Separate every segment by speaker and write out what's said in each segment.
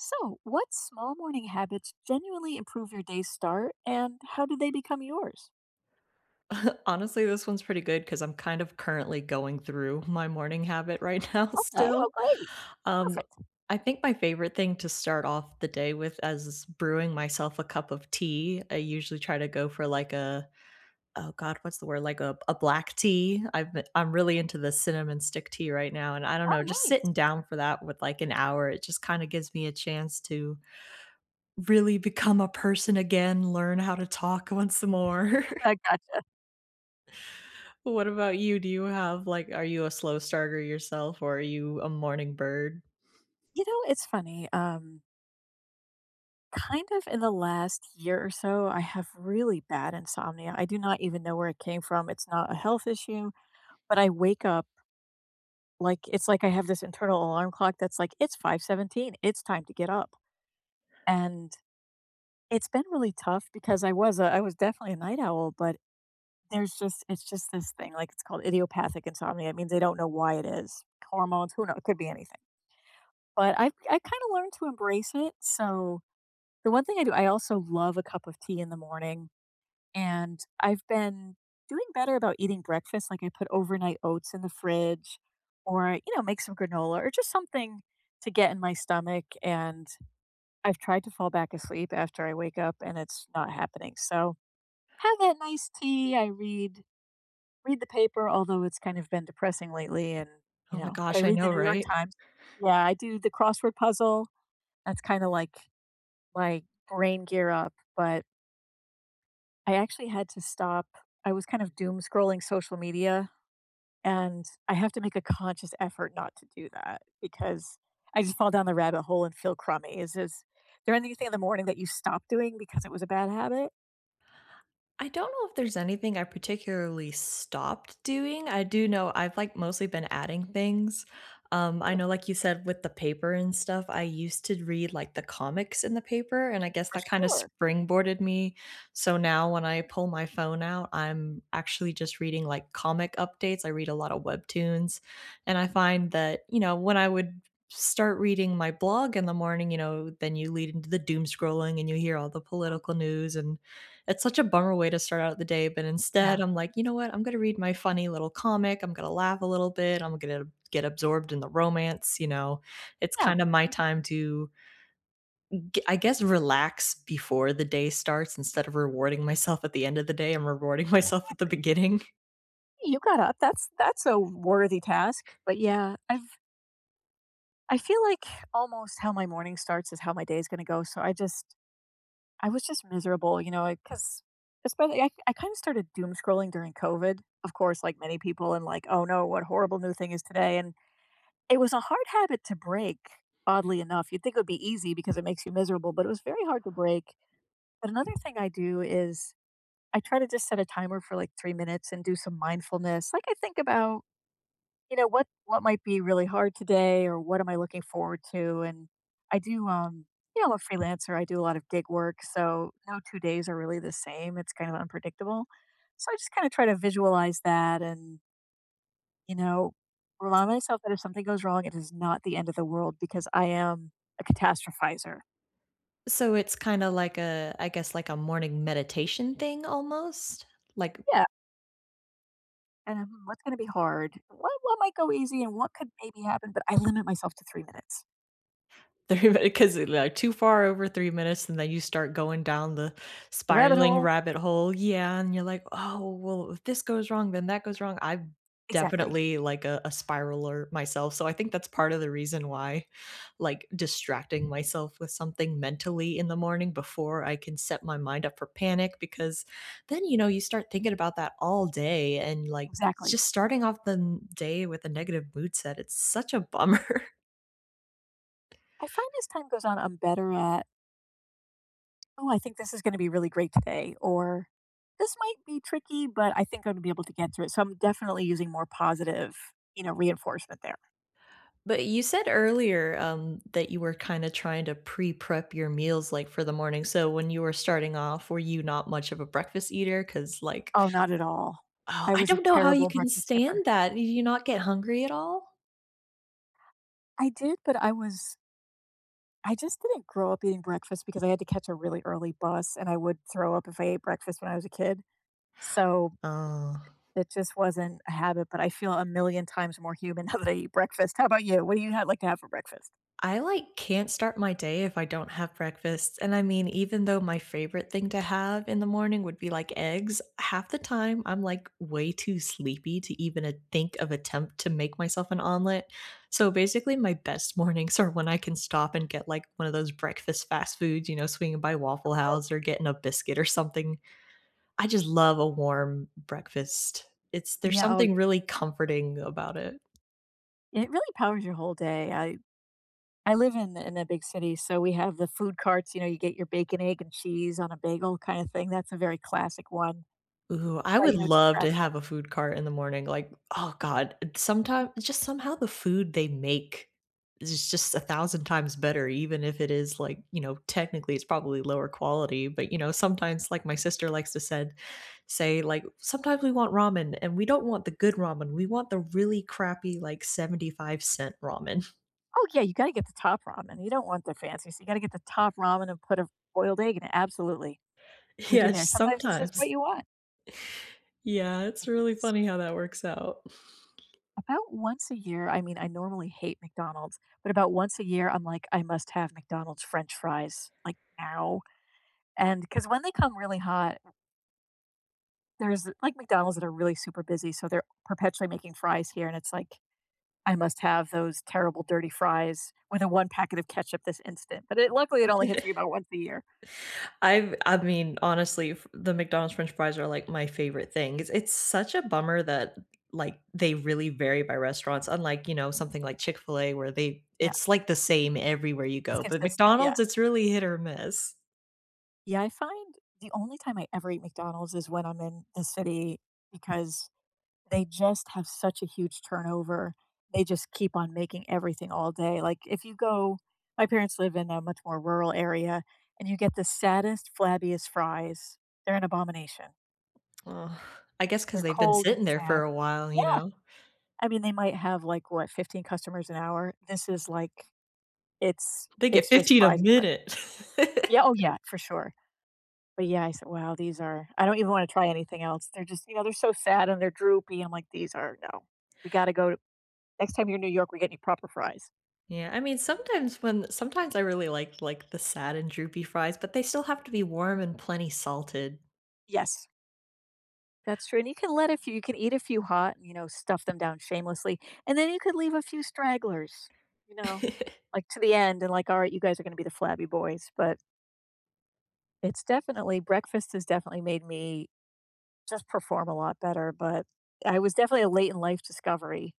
Speaker 1: So, what small morning habits genuinely improve your day's start and how do they become yours?
Speaker 2: Honestly, this one's pretty good because 'cause I'm kind of currently going through my morning habit right now
Speaker 1: Okay, oh
Speaker 2: still.
Speaker 1: great.
Speaker 2: Um,
Speaker 1: Perfect.
Speaker 2: I think my favorite thing to start off the day with is brewing myself a cup of tea. I usually try to go for like a oh god, what's the word? Like a black tea. I'm really into the cinnamon stick tea right now, and I don't know,
Speaker 1: Oh
Speaker 2: just
Speaker 1: nice.
Speaker 2: sitting down for that with like an hour, it just kinda gives me a chance to really become a person again, learn how to talk once more.
Speaker 1: I gotcha.
Speaker 2: Well, what about you? Do you have, like are you a slow starter yourself, or are you a morning bird?
Speaker 1: You know, it's funny. Kind of in the last year or so, I have really bad insomnia. I do not even know where it came from. It's not a health issue, but I wake up like it's like I have this internal alarm clock that's like it's 5:17. It's time to get up. And it's been really tough because I was definitely a night owl, but there's just it's just this thing, like, it's called idiopathic insomnia, it means they don't know why it is. Hormones, who knows? It could be anything. But I kinda learned to embrace it, so the one thing I do, I also love a cup of tea in the morning, and I've been doing better about eating breakfast, like, I put overnight oats in the fridge or, you know, make some granola or just something to get in my stomach, and I've tried to fall back asleep after I wake up, and it's not happening, so have that nice tea, I read Read the paper, although it's kind of been depressing lately and, you
Speaker 2: Oh my
Speaker 1: know, but I
Speaker 2: gosh, I
Speaker 1: read the
Speaker 2: know,
Speaker 1: New York
Speaker 2: right?
Speaker 1: Times. Yeah, I do the crossword puzzle. That's kinda like my brain gear up, but I actually had to stop. I was kind of doom scrolling social media, and I have to make a conscious effort not to do that because I just fall down the rabbit hole and feel crummy. Is there anything in the morning that you stopped doing because it was a bad habit?
Speaker 2: I don't know if there's anything I particularly stopped doing. I do know I've like mostly been adding things. I know, like you said, with the paper and stuff, I used to read like the comics in the paper, and I guess
Speaker 1: For
Speaker 2: that kind of
Speaker 1: sure.
Speaker 2: springboarded me. So now when I pull my phone out, I'm actually just reading like comic updates. I read a lot of webtoons, and I find that, you know, when I would start reading my blog in the morning, you know, then you lead into the doom scrolling and you hear all the
Speaker 1: Mm.
Speaker 2: political news and it's such a bummer way to start out the day, but
Speaker 1: Yeah.
Speaker 2: instead, I'm like, "You know what? I'm gonna read my funny little comic, I'm gonna laugh a little bit, I'm gonna get absorbed in the romance," you know? It's
Speaker 1: Yeah,
Speaker 2: kinda my time to g I guess, relax before the day starts instead of rewarding myself at the end of the day, I'm rewarding myself at the
Speaker 1: exactly.
Speaker 2: beginning.
Speaker 1: You got up. That's a worthy task. But yeah, I feel like almost how my morning starts is how my day is going to go. So I just I was just miserable, you know, because especially I kind of started doom scrolling during COVID, of course, like many people, and like, oh no, what horrible new thing is today? And it was a hard habit to break. Oddly enough, you'd think it would be easy because it makes you miserable, but it was very hard to break. But another thing I do is I try to just set a timer for like 3 minutes and do some mindfulness. Like I think about, you know, what might be really hard today or what am I looking forward to? And I do you know, I'm a freelancer. I do a lot of gig work, so no two days are really the same. It's kind of unpredictable. So I just kind of try to visualize that and, you know, remind myself that if something goes wrong, it is not the end of the world because I am a catastrophizer.
Speaker 2: So it's kinda like a I guess, like a morning meditation thing almost? Like,
Speaker 1: Yeah. And what's going to be hard? What might go easy and what could maybe happen? But I limit myself to 3 minutes.
Speaker 2: 3 because like too far over 3 minutes and then you start going down the
Speaker 1: The rabbit
Speaker 2: spiraling
Speaker 1: hole?
Speaker 2: rabbit hole. Yeah, and you're like, "Oh, well, if this goes wrong, then that goes wrong." I'm
Speaker 1: Exactly.
Speaker 2: definitely like a spiraler myself. So I think that's part of the reason why like distracting myself with something mentally in the morning before I can set my mind up for panic because then you know you start thinking about that all day and like
Speaker 1: Exactly.
Speaker 2: just starting off the day with a negative mood set, it's such a bummer.
Speaker 1: I find as time goes on, I'm better at, oh, I think this is going to be really great today, or this might be tricky, but I think I'm going to be able to get through it. So I'm definitely using more positive, you know, reinforcement there.
Speaker 2: But you said earlier, that you were kinda trying to pre-prep your meals, like, for the morning, so when you were starting off, were you not much of a breakfast eater? Because like,
Speaker 1: Oh, not at all.
Speaker 2: oh,
Speaker 1: I
Speaker 2: I
Speaker 1: was a
Speaker 2: don't know how you
Speaker 1: terrible
Speaker 2: can
Speaker 1: breakfast skipper.
Speaker 2: stand that. Do you not get hungry at all?
Speaker 1: I did, but I was, I just didn't grow up eating breakfast because I had to catch a really early bus and I would throw up if I ate breakfast when I was a kid. So
Speaker 2: Oh.
Speaker 1: it just wasn't a habit, but I feel a million times more human now that I eat breakfast. How about you? What do you ha like to have for breakfast?
Speaker 2: I like can't start my day if I don't have breakfast. And I mean, even though my favorite thing to have in the morning would be like eggs, half the time I'm like way too sleepy to even think of attempt to make myself an omelet. So
Speaker 1: Mhm.
Speaker 2: basically, my best mornings are when I can stop and get like one of those breakfast fast foods, you know, swinging by
Speaker 1: Oh,
Speaker 2: Waffle
Speaker 1: good.
Speaker 2: House or getting a biscuit or something. I just love a warm breakfast. It's there's
Speaker 1: Yeah, oh,
Speaker 2: something really comforting about it.
Speaker 1: it really powers your whole day. I live in a big city, so we have the food carts, you know, you get your bacon, egg, and cheese on a bagel kind of thing. That's a very classic one.
Speaker 2: Ooh, I
Speaker 1: But,
Speaker 2: would
Speaker 1: you know, just
Speaker 2: love
Speaker 1: grab
Speaker 2: to
Speaker 1: it.
Speaker 2: have a food cart in the morning, like, oh god, sometimes just somehow the food they make is just a thousand times better, even if it is like, you know, technically it's probably lower quality, but you know, sometimes like my sister likes to said say like sometimes we want ramen and we don't want the good ramen. We want the really crappy like 75¢ ramen.
Speaker 1: Oh, yeah, you gotta get the top ramen. You don't want the fancy, so you gotta get the top ramen and put a boiled egg in it, absolutely, with
Speaker 2: Yeah,
Speaker 1: you there.
Speaker 2: just
Speaker 1: Sometimes it's just what
Speaker 2: sometimes.
Speaker 1: you want.
Speaker 2: Yeah, it's
Speaker 1: Like,
Speaker 2: really
Speaker 1: it's
Speaker 2: funny how that works out.
Speaker 1: about once a year, I mean, I normally hate McDonald's, but about once a year, I'm like, "I must have McDonald's french fries, like, now." And because when they come really hot, there's like, McDonald's that are really super busy, so they're perpetually making fries here, and it's like, I must have those terrible dirty fries with a 1 packet of ketchup this instant, but it luckily, it only hits me about once a year.
Speaker 2: I mean, honestly, f the McDonald's french fries are, like, my favorite thing. It's such a bummer that, like, they really vary by restaurants, unlike, you know, something like Chick-fil-A where they
Speaker 1: Yeah.
Speaker 2: it's, like, the same everywhere you
Speaker 1: It's
Speaker 2: go, but
Speaker 1: consistent, yeah.
Speaker 2: McDonald's, it's really hit or miss.
Speaker 1: Yeah, I find the only time I ever eat McDonald's is when I'm in the city because they just have such a huge turnover. They just keep on making everything all day. Like, if you go, my parents live in a much more rural area, and you get the saddest, flabbiest fries. They're an abomination.
Speaker 2: Ugh, I guess because 'cause
Speaker 1: They're
Speaker 2: they've been
Speaker 1: cold and
Speaker 2: sitting there for
Speaker 1: sad.
Speaker 2: a while, you
Speaker 1: Yeah.
Speaker 2: know?
Speaker 1: I mean, they might have, like, what, 15 customers an hour? This is like it's
Speaker 2: They get
Speaker 1: it's just
Speaker 2: 15 a
Speaker 1: fries and fries.
Speaker 2: minute.
Speaker 1: Yeah, oh, yeah, for sure. But yeah, I said, "Wow, these are I don't even wanna try anything else." They're just, you know, they're so sad and they're droopy. I'm like, "These are no. We gotta go to next time you're in New York, we get you proper fries."
Speaker 2: Yeah, I mean, sometimes I really like, the sad and droopy fries, but they still have to be warm and plenty salted.
Speaker 1: Yes, that's true, and you can let a few you can eat a few hot, you know, stuff them down shamelessly, and then you could leave a few stragglers, you know, like, to the end and like, "All right, you guys are gonna be the flabby boys," but it's definitely breakfast has definitely made me just perform a lot better, but I was definitely a late in life discovery.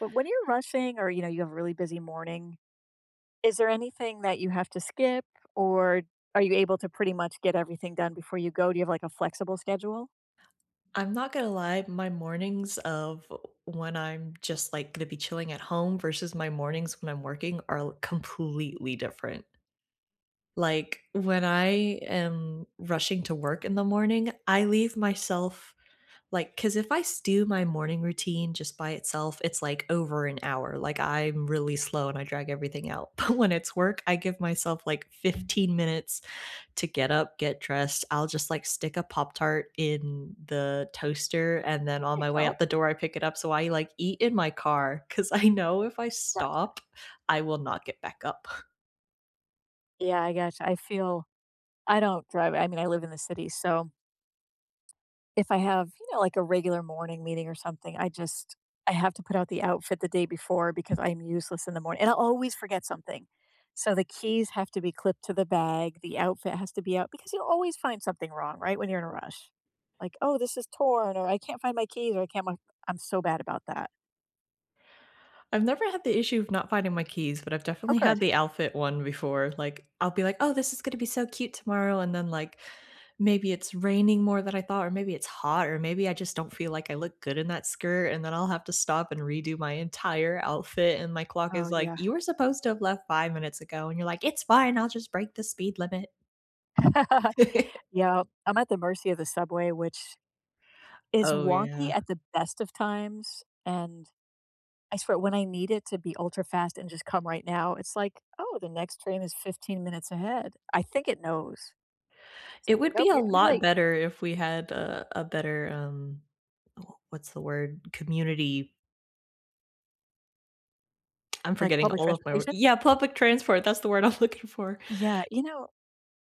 Speaker 1: But when you're rushing or, you know, you have a really busy morning, is there anything that you have to skip, or are you able to pretty much get everything done before you go? Do you have, like, a flexible schedule?
Speaker 2: I'm not gonna lie, my mornings of when I'm just, like, gonna be chilling at home versus my mornings when I'm working are completely different. Like, when I am rushing to work in the morning, I leave myself like because if I s do my morning routine just by itself, it's, like, over an hour, like, I'm really slow and I drag everything out, but when it's work, I give myself, like, 15 minutes to get up, get dressed. I'll just like stick a Pop Tart in the toaster. And then on
Speaker 1: There you
Speaker 2: my way
Speaker 1: go.
Speaker 2: out the door, I pick it up. So I like eat in my car because I know if I
Speaker 1: Gotcha.
Speaker 2: stop, I will not get back up.
Speaker 1: Yeah, I gotcha. I feel I don't drive I mean, I live in the city, so if I have, you know, like a regular morning meeting or something, I just I have to put out the outfit the day before because I'm useless in the morning, and I'll always forget something. So the keys have to be clipped to the bag, the outfit has to be out because you'll always find something wrong, right, when you're in a rush. Like, "Oh, this is torn," or "I can't find my keys," or "I can't my" I'm so bad about that.
Speaker 2: I've never had the issue of not finding my keys, but I've
Speaker 1: Oh,
Speaker 2: definitely
Speaker 1: good.
Speaker 2: had the outfit one before. Like, I'll be like, "Oh, this is gonna be so cute tomorrow," and then, like, maybe it's raining more than I thought, or maybe it's hot, or maybe I just don't feel like I look good in that skirt, and then I'll have to stop and redo my entire outfit, and my clock
Speaker 1: Oh,
Speaker 2: is like,
Speaker 1: yeah.
Speaker 2: "You were supposed to have left 5 minutes ago," and you're like, "It's fine, I'll just break the speed limit."
Speaker 1: Yeah, I'm at the mercy of the subway, which is
Speaker 2: Oh,
Speaker 1: wonky
Speaker 2: yeah.
Speaker 1: at the best of times, and I swear when I need it to be ultra fast and just come right now, it's like, "Oh, the next train is 15 minutes ahead." I think it knows. It's
Speaker 2: It
Speaker 1: like,
Speaker 2: would be
Speaker 1: "Nope,
Speaker 2: a
Speaker 1: you're gonna be
Speaker 2: lot
Speaker 1: late."
Speaker 2: better if we had a better, wh what's the word? Community I'm
Speaker 1: Like,
Speaker 2: forgetting
Speaker 1: public
Speaker 2: all of my wor
Speaker 1: transportation?
Speaker 2: Yeah, public transport, that's the word I'm looking for.
Speaker 1: Yeah, you know,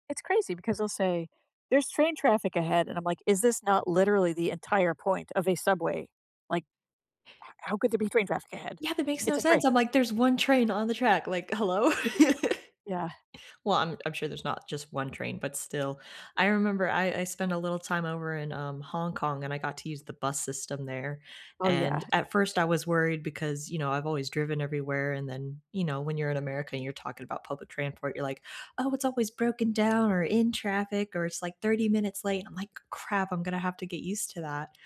Speaker 1: it's crazy because they'll say, "There's train traffic ahead," and I'm like, "Is this not literally the entire point of a subway? Like, h how could there be train traffic ahead?
Speaker 2: Yeah, that makes no
Speaker 1: It's a
Speaker 2: sense.
Speaker 1: train."
Speaker 2: I'm like, "There's 1 train on the track." Like, hello?
Speaker 1: Yeah.
Speaker 2: Well, I'm sure there's not just one train, but still. I remember, I spent a little time over in, Hong Kong, and I got to use the bus system there,
Speaker 1: Oh,
Speaker 2: and
Speaker 1: yeah.
Speaker 2: at
Speaker 1: It's
Speaker 2: first
Speaker 1: amazing.
Speaker 2: I was worried because, you know, I've always driven everywhere, and then, you know, when you're in America and you're talking about public transport, you're like, "Oh, it's always broken down or in traffic or it's, like, 30 minutes late." I'm like, "Crap, I'm gonna have to get used to that."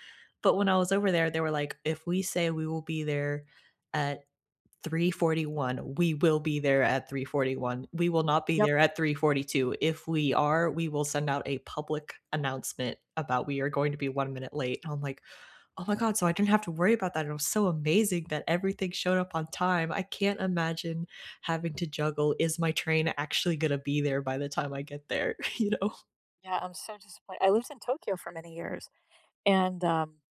Speaker 2: But when I was over there, they were like, "If we say we will be there at 3:41. We will be there at 3:41. We will not be
Speaker 1: Yep.
Speaker 2: there at 3:42. If we are, we will send out a public announcement about we are going to be 1 minute late." And I'm like, "Oh my god, so I didn't have to worry about that. It was so amazing that everything showed up on time. I can't imagine having to juggle, is my train actually gonna be there by the time I get there?" You know?
Speaker 1: Yeah, I'm so disappointed. I lived in Tokyo for many years, and,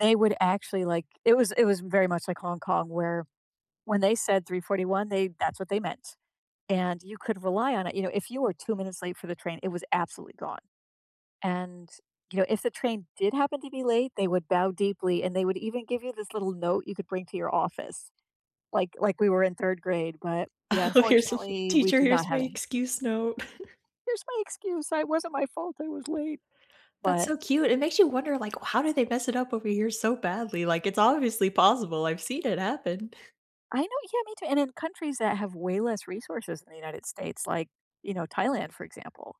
Speaker 1: they would actually, like it was very much like Hong Kong where when they said 3:41, they that's what they meant, and you could rely on it. You know, if you were 2 minutes late for the train, it was absolutely gone, and, you know, if the train did happen to be late, they would bow deeply, and they would even give you this little note you could bring to your office, like we were in 3rd grade, but, yeah,
Speaker 2: here's
Speaker 1: unfortunately, we
Speaker 2: teacher,
Speaker 1: do not
Speaker 2: here's my
Speaker 1: have it here.
Speaker 2: excuse note."
Speaker 1: "Here's my excuse, I it wasn't my fault, I was late."
Speaker 2: That's
Speaker 1: But
Speaker 2: so cute. It makes you wonder, like, how did they mess it up over here so badly? Like, it's obviously possible. I've seen it happen.
Speaker 1: I know, yeah, me too, and in countries that have way less resources than the United States, like, you know, Thailand, for example.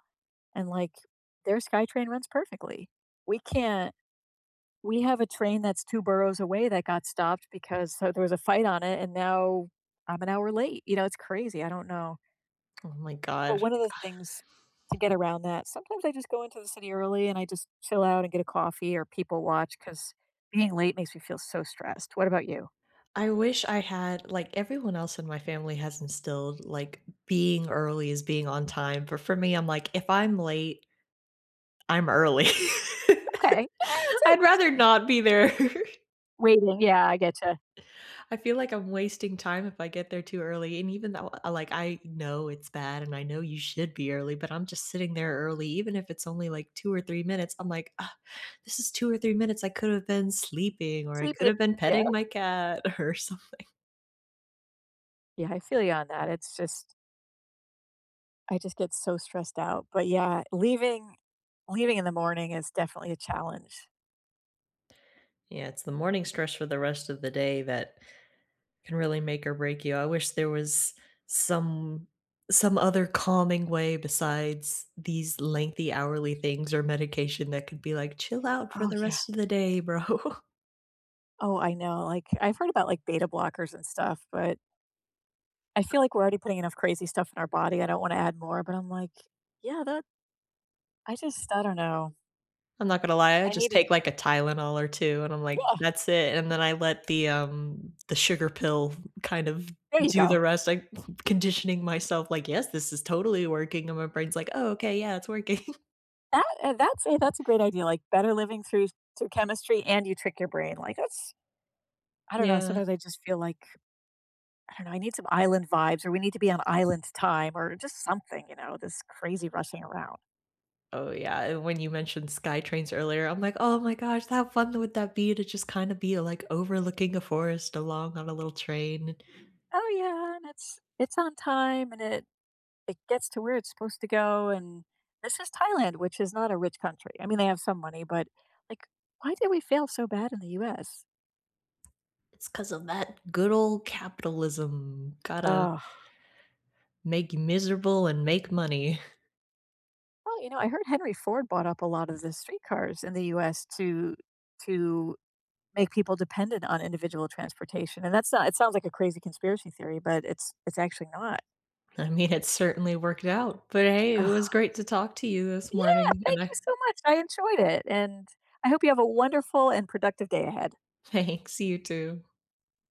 Speaker 1: And, like, their SkyTrain runs perfectly. We can't we have a train that's 2 boroughs away that got stopped because so there was a fight on it, and now I'm an hour late. You know, it's crazy. I don't know.
Speaker 2: Oh my
Speaker 1: But
Speaker 2: god.
Speaker 1: one of the things to get around that, sometimes I just go into the city early and I just chill out and get a coffee or people watch because being late makes me feel so stressed. What about you?
Speaker 2: I wish I had like everyone else in my family has instilled like being early is being on time, but for me, I'm like, if I'm late, I'm early.
Speaker 1: Okay. Yeah, that's
Speaker 2: I'd
Speaker 1: it.
Speaker 2: rather not be there.
Speaker 1: Waiting. Yeah, I get you.
Speaker 2: I feel like I'm wasting time if I get there too early, and even though, like, I know it's bad and I know you should be early, but I'm just sitting there early, even if it's only like 2 or 3 minutes, I'm like, "Ugh, this is 2 or 3 minutes I could have been sleeping or I could
Speaker 1: Sleeping.
Speaker 2: have been
Speaker 1: Yeah.
Speaker 2: petting my cat or something.
Speaker 1: Yeah, I feel you on that. It's just I just get so stressed out, but yeah, leaving in the morning is definitely a challenge.
Speaker 2: Yeah, it's the morning stress for the rest of the day that can really make or break you. I wish there was some some other calming way besides these lengthy hourly things or medication that could be like, "Chill out for
Speaker 1: Oh,
Speaker 2: the
Speaker 1: yeah.
Speaker 2: rest of the day, bro."
Speaker 1: Oh, I know, like, I've heard about, like, beta blockers and stuff, but I feel like we're already putting enough crazy stuff in our body, I don't wanna add more, but I'm like, yeah, that I just I don't know.
Speaker 2: I'm not gonna lie, I
Speaker 1: I
Speaker 2: just
Speaker 1: need a
Speaker 2: take, like, a Tylenol or 2, and I'm like,
Speaker 1: yeah,
Speaker 2: "That's it," and then I let the sugar pill kind of
Speaker 1: there you
Speaker 2: do
Speaker 1: go.
Speaker 2: the rest, like, conditioning myself, like, "Yes, this is totally working," and my brain's like, "Oh, okay, yeah, it's working."
Speaker 1: That's a great idea, like, better living through through chemistry and you trick your brain, like, that's I don't know,
Speaker 2: Yeah.
Speaker 1: sometimes I just feel like I don't know, I need some island vibes or we need to be on island time or just something, you know, this crazy rushing around.
Speaker 2: Oh, yeah, and when you mentioned sky trains earlier, I'm like, "Oh my gosh, how fun would that be to just kinda be, like, overlooking a forest along on a little train?"
Speaker 1: Oh yeah, and it's on time and it gets to where it's supposed to go and this is Thailand, which is not a rich country. I mean, they have some money, but like why did we fail so bad in the US?
Speaker 2: It's because of that good old capitalism. Gotta
Speaker 1: Oh,
Speaker 2: make you miserable and make money.
Speaker 1: well, you know, I heard Henry Ford bought up a lot of the streetcars in the US to make people dependent on individual transportation. And that's not it sounds like a crazy conspiracy theory, but it's actually not.
Speaker 2: I mean, it certainly worked out, but hey, it was great to talk to you this
Speaker 1: Yeah,
Speaker 2: morning,
Speaker 1: thank
Speaker 2: and
Speaker 1: you
Speaker 2: I
Speaker 1: so much. I enjoyed it, and I hope you have a wonderful and productive day ahead.
Speaker 2: thanks, you too.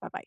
Speaker 1: Bye-bye.